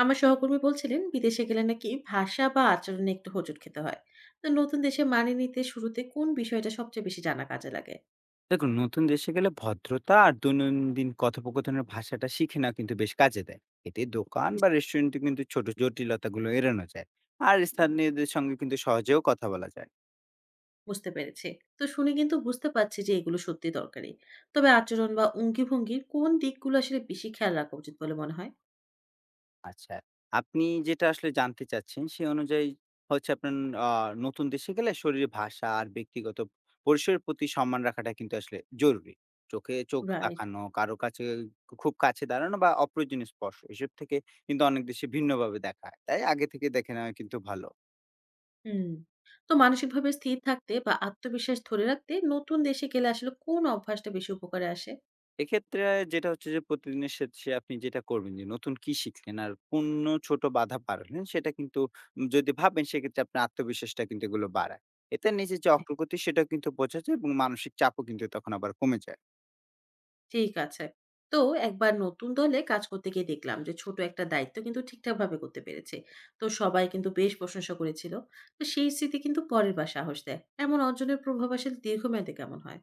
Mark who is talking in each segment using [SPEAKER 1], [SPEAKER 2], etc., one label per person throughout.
[SPEAKER 1] আমার সহকর্মী বলছিলেন বিদেশে গেলে নাকি ভাষা বা আচরণে একটু হোঁচট খেতে হয়। তো নতুন দেশে মানিয়ে নিতে শুরুতে কোন বিষয়টা সবচেয়ে বেশি জানা কাজে লাগে?
[SPEAKER 2] দেখুন, নতুন দেশে গেলে ভদ্রতা আর দৈনন্দিন কথোপকথনের ভাষাটা শিখে নেওয়া কিন্তু বেশ কাজে দেয়। এতে দোকান
[SPEAKER 1] জি,
[SPEAKER 2] বা রেস্টুরেন্টে কিন্তু ছোট জটিলতাগুলো এড়ানো যায়। আর স্থানীয়দের সঙ্গে কিন্তু সহজেও কথা বলা যায়।
[SPEAKER 1] বুঝতে পেরেছি। তো শুনে কিন্তু বুঝতে পারছি যে এগুলো সত্যি দরকারি। তবে আচরণ বা অঙ্গিভঙ্গির কোন দিকগুলো আসলে বেশি খেয়াল রাখা উচিত বলে মনে হয়?
[SPEAKER 2] আচ্ছা, আপনি যেটা আসলে জানতে চাচ্ছেন সে অনুযায়ী হচ্ছে আপনার আ নতুন দেশে গেলে শরীরে ভাষা আর ব্যক্তিগত পরিসরের প্রতি সম্মান রাখাটা কিন্তু আসলে জরুরি। চোখে চোখ
[SPEAKER 1] রাইট।
[SPEAKER 2] তাকানো, কারো কাছে খুব কাছে দাঁড়ানো বা অপ্রয়োজনীয় স্পর্শ এসব থেকে কিন্তু অনেক দেশে ভিন্নভাবে দেখা হয়। তাই আগে থেকে দেখে নেওয়া কিন্তু ভালো।
[SPEAKER 1] হুম। তো মানসিকভাবে স্থির থাকতে বা আত্মবিশ্বাস ধরে রাখতে নতুন দেশে গেলে আসলে কোন অভ্যাসটা বেশি উপকারে আসে?
[SPEAKER 2] এক্ষেত্রে যেটা হচ্ছে যে প্রতিদিনের শেষে আপনি যেটা করবেন যে নতুন কি শিখলেন আর কোন ছোট বাধা পারলেন সেটা কিন্তু যদি ভাবেন সেক্ষেত্রে আপনার আত্মবিশ্বাসটা কিন্তু এগুলো বাড়ায়। এতে নিজের যে অগ্রগতি সেটাও কিন্তু বোঝা যায় এবং মানসিক চাপও কিন্তু তখন আবার কমে যায়।
[SPEAKER 1] ঠিক আছে। তো একবার নতুন দলে কাজ করতে গিয়ে দেখলাম যে ছোট একটা দায়িত্ব কিন্তু ঠিকঠাকভাবে করতে পেরেছি। তো সবাই কিন্তু বেশ প্রশংসা করেছিল। তো সেই স্মৃতি কিন্তু পরের বার সাহস দেয়। এমন অর্জনের প্রভাব আসলে দীর্ঘমেয়াদে কেমন হয়?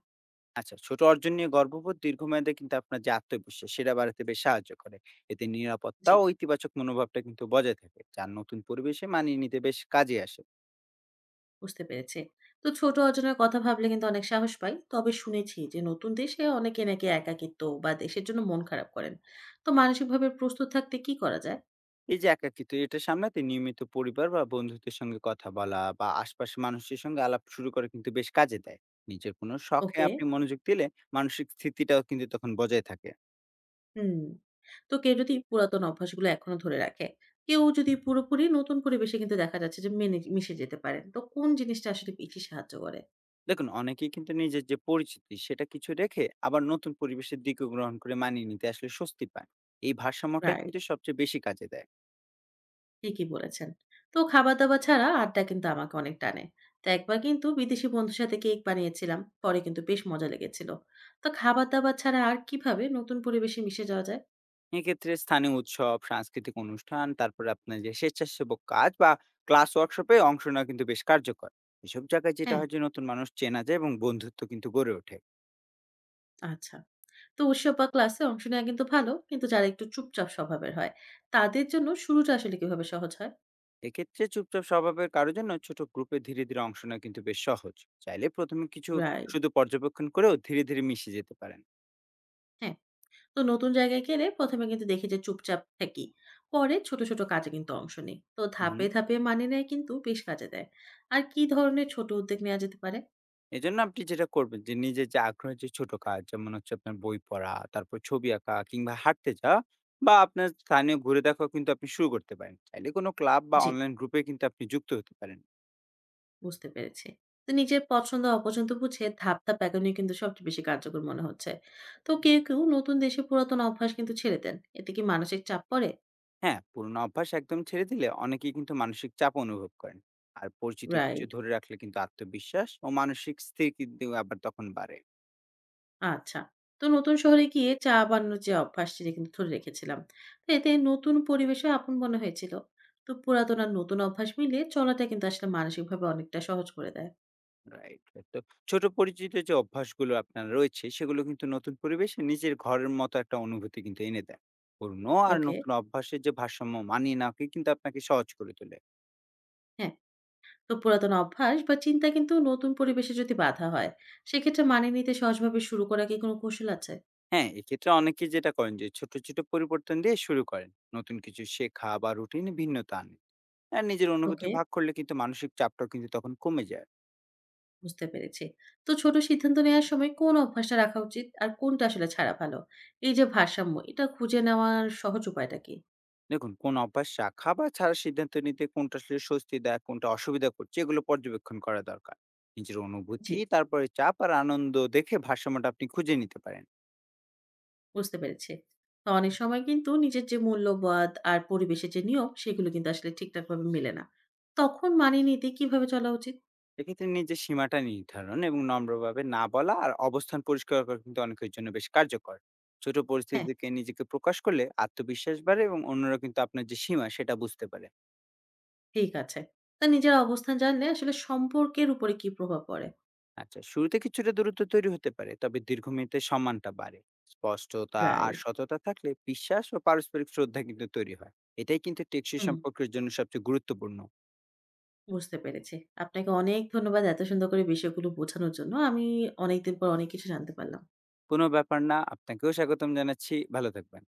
[SPEAKER 2] আচ্ছা ছোট অর্জন নিয়ে গর্ববোধ দীর্ঘমেয়াদে কিন্তু আপনার যে আত্মবিশ্বাস সেটা বাড়াতে বেশ সাহায্য করে। এতে নিরাপত্তা
[SPEAKER 1] জি,
[SPEAKER 2] ও ইতিবাচক মনোভাবটা কিন্তু বজায় থাকে। যার নতুন পরিবেশে মানিয়ে নিতে বেশ কাজে আসে।
[SPEAKER 1] বুঝতে পেরেছি। তো ছোট অর্জনের কথা ভাবলে কিন্তু অনেক সাহস পাই। তবে শুনেছি যে নতুন দেশে অনেকে নাকি একাকিত্ব বা দেশের জন্য মন খারাপ করেন। তো মানসিকভাবে প্রস্তুত থাকতে কি করা যায়?
[SPEAKER 2] এই যে একাকিত্ব এটা সামলাতে নিয়মিত পরিবার বা বন্ধুদের সঙ্গে কথা বলা বা আশপাশের মানুষের সঙ্গে আলাপ শুরু করা কিন্তু বেশ কাজে দেয়। নিজের কোনো শখে
[SPEAKER 1] ওকে।
[SPEAKER 2] আপনি মনোযোগ দিলে মানসিক স্থিতিটাও কিন্তু তখন বজায় থাকে।
[SPEAKER 1] হুম। তো কেউ যদি পুরাতন অভ্যাসগুলো এখনো ধরে রাখে, কেউ যদি পুরোপুরি নতুন পরিবেশে কিন্তু দেখা যাচ্ছে যে মেনে মিশে যেতে পারেন, তো কোন জিনিসটা আসলে বেশি সাহায্য করে?
[SPEAKER 2] দেখুন, অনেকেই কিন্তু নিজের যে পরিচিতি সেটা কিছু রেখে আবার নতুন পরিবেশের দিকে গ্রহণ করে মানিয়ে নিতে আসলে স্বস্তি পায়। এই ভারসাম্যটাই
[SPEAKER 1] রাইট,
[SPEAKER 2] কিন্তু সবচেয়ে বেশি কাজে দেয়।
[SPEAKER 1] ঠিকই বলেছেন। তো খাবার দাবার ছাড়া আড্ডা কিন্তু আমাকে অনেক টানে। তো একবার কিন্তু বিদেশি বন্ধুর সাথে কেক বানিয়েছিলাম, পরে কিন্তু বেশ মজা লেগেছিল। তো খাবার দাবার ছাড়া আর কিভাবে নতুন পরিবেশে মিশে যাওয়া যায়?
[SPEAKER 2] এক্ষেত্রে স্থানীয় উৎসব, সাংস্কৃতিক অনুষ্ঠান, তারপরে আপনার যে স্বেচ্ছাসেবক কাজ বা ক্লাস ওয়ার্কশপে অংশ নেওয়া কিন্তু বেশ কার্যকর। এসব জায়গায় যেটা
[SPEAKER 1] হ্যাঁ,
[SPEAKER 2] হয় যে নতুন মানুষ চেনা যায় এবং বন্ধুত্ব কিন্তু গড়ে ওঠে।
[SPEAKER 1] আচ্ছা। তো উৎসব বা ক্লাসে অংশ নেওয়া কিন্তু ভালো, কিন্তু যারা একটু চুপচাপ স্বভাবের হয়, তাদের জন্য শুরুটা আসলে কিভাবে সহজ হয়?
[SPEAKER 2] এক্ষেত্রে চুপচাপ স্বভাবের কারো জন্য ছোট গ্রুপে ধীরে ধীরে অংশ নেওয়া কিন্তু বেশ সহজ। চাইলে প্রথমে কিছু
[SPEAKER 1] রাইট।
[SPEAKER 2] শুধু পর্যবেক্ষণ করেও ধীরে ধীরে মিশে যেতে পারেন।
[SPEAKER 1] হ্যাঁ। তো নতুন জায়গায় গেলে প্রথমে কিন্তু দেখি যে চুপচাপ থাকি, পরে ছোট ছোট কাজে কিন্তু অংশ নিই। তো
[SPEAKER 2] হুম।
[SPEAKER 1] ধাপে ধাপে মানিয়ে নেয় কিন্তু বেশ কাজে দেয়। আর কি ধরনের ছোট উদ্যোগ নেওয়া যেতে পারে?
[SPEAKER 2] এজন্য আপনি যেটা করবেন যে নিজের যে আগ্রহের যে ছোট কাজ যেমন হচ্ছে আপনার বই পড়া, তারপর ছবি আঁকা কিংবা হাঁটতে যাওয়া বা আপনার স্থানীয় ঘুরে দেখাও কিন্তু আপনি শুরু করতে পারেন। চাইলে কোনো ক্লাব বা
[SPEAKER 1] জি,
[SPEAKER 2] অনলাইন গ্রুপে কিন্তু আপনি যুক্ত হতে পারেন।
[SPEAKER 1] বুঝতে পেরেছি। তো নিজের পছন্দ অপছন্দ বুঝে ধাপ ধাপ এগোনো কিন্তু সবচেয়ে বেশি কার্যকর মনে হচ্ছে। তো কেউ কেউ নতুন দেশে পুরাতন অভ্যাস কিন্তু ছেড়ে দেন, এতে কি মানসিক চাপ পড়ে?
[SPEAKER 2] হ্যাঁ, পুরোনো অভ্যাস একদম ছেড়ে দিলে অনেকেই কিন্তু মানসিক চাপ অনুভব করেন। আর পরিচিত কিছু
[SPEAKER 1] রাইট,
[SPEAKER 2] ধরে রাখলে কিন্তু আত্মবিশ্বাস ও মানসিক স্থির কিন্তু আবার তখন বাড়ে।
[SPEAKER 1] আচ্ছা। তো নতুন শহরে গিয়ে চা বানানোর যে অভ্যাস সেটা কিন্তু ধরে রেখেছিলাম। তো এতে নতুন পরিবেশে আপন মনে হয়েছিল। তো পুরাতন আর নতুন অভ্যাস মিলিয়ে চলাটা কিন্তু আসলে মানসিকভাবে অনেকটা সহজ করে দেয়।
[SPEAKER 2] Right, right. তো ছোট পরিচিত যে অভ্যাসগুলো আপনার রয়েছে, সেগুলো কিন্তু নতুন পরিবেশে নিজের ঘরের মতো একটা অনুভূতি কিন্তু এনে দেয়। পুরনো আর
[SPEAKER 1] ওকে,
[SPEAKER 2] নতুন অভ্যাসের যে ভারসাম্য মানিয়ে নেওয়াকে কিন্তু আপনাকে সহজ করে তোলে।
[SPEAKER 1] হ্যাঁ। তো পুরাতন অভ্যাস বা চিন্তা কিন্তু নতুন পরিবেশে যদি বাধা হয়, সেক্ষেত্রে মানিয়ে নিতে সহজভাবে শুরু করার কি কোনো কৌশল আছে?
[SPEAKER 2] হ্যাঁ, এক্ষেত্রে অনেকে যেটা করেন যে ছোট ছোট পরিবর্তন দিয়ে শুরু করেন। নতুন কিছু শেখা বা রুটিনে ভিন্নতা আনে। আর নিজের অনুভূতি
[SPEAKER 1] ওকে,
[SPEAKER 2] ভাগ করলে কিন্তু মানসিক চাপটাও কিন্তু তখন কমে যায়।
[SPEAKER 1] বুঝতে পেরেছি। তো ছোট সিদ্ধান্ত নেওয়ার সময় কোন অভ্যাসটা রাখা উচিত আর কোনটা আসলে ছাড়া ভালো? এই যে ভারসাম্য, এটা খুঁজে নেওয়ার সহজ উপায়টা কি?
[SPEAKER 2] দেখুন, কোন অভ্যাস রাখা বা ছাড়ার সিদ্ধান্ত নিতে কোনটা আসলে স্বস্তি দেয়, কোনটা অসুবিধা করছে এগুলো পর্যবেক্ষণ করা দরকার। নিজের
[SPEAKER 1] জি,
[SPEAKER 2] অনুভূতি, তারপরে চাপ আর আনন্দ দেখে ভারসাম্যটা আপনি খুঁজে নিতে পারেন।
[SPEAKER 1] বুঝতে পেরেছি। তো অনেক সময় কিন্তু নিজের যে মূল্যবোধ আর পরিবেশের যে নিয়ম, সেগুলো কিন্তু আসলে ঠিকঠাকভাবে মেলে না। তখন মানিয়ে নিতে কিভাবে চলা উচিত?
[SPEAKER 2] এক্ষেত্রে নিজের সীমাটা নির্ধারণ এবং নম্রভাবে না বলা আর অবস্থান পরিষ্কার করা কিন্তু অনেকের জন্য বেশ কার্যকর। ছোট পরিস্থিতি
[SPEAKER 1] হ্যাঁ,
[SPEAKER 2] থেকে নিজেকে প্রকাশ করলে আত্মবিশ্বাস বাড়ে এবং অন্যরা কিন্তু আপনার যে সীমা সেটা বুঝতে পারে।
[SPEAKER 1] ঠিক আছে। তো নিজের অবস্থান জানলে আসলে সম্পর্কের উপরে কি প্রভাব পড়ে?
[SPEAKER 2] আচ্ছা, শুরুতে কিছুটা দূরত্ব তৈরি হতে পারে, তবে দীর্ঘমেয়াদে সম্মানটা বাড়ে। স্পষ্টতা আর
[SPEAKER 1] রাইট।
[SPEAKER 2] সততা থাকলে বিশ্বাস ও পারস্পরিক শ্রদ্ধা কিন্তু তৈরি হয়। এটাই কিন্তু টেকসই
[SPEAKER 1] হুম,
[SPEAKER 2] সম্পর্কের জন্য সবচেয়ে গুরুত্বপূর্ণ।
[SPEAKER 1] বুঝতে পেরেছি। আপনাকে অনেক ধন্যবাদ এত সুন্দর করে বিষয়গুলো বোঝানোর জন্য। আমি অনেকদিন পর অনেক কিছু জানতে পারলাম।
[SPEAKER 2] কোনো ব্যাপার না, আপনাকেও স্বাগতম জানাচ্ছি। ভালো থাকবেন।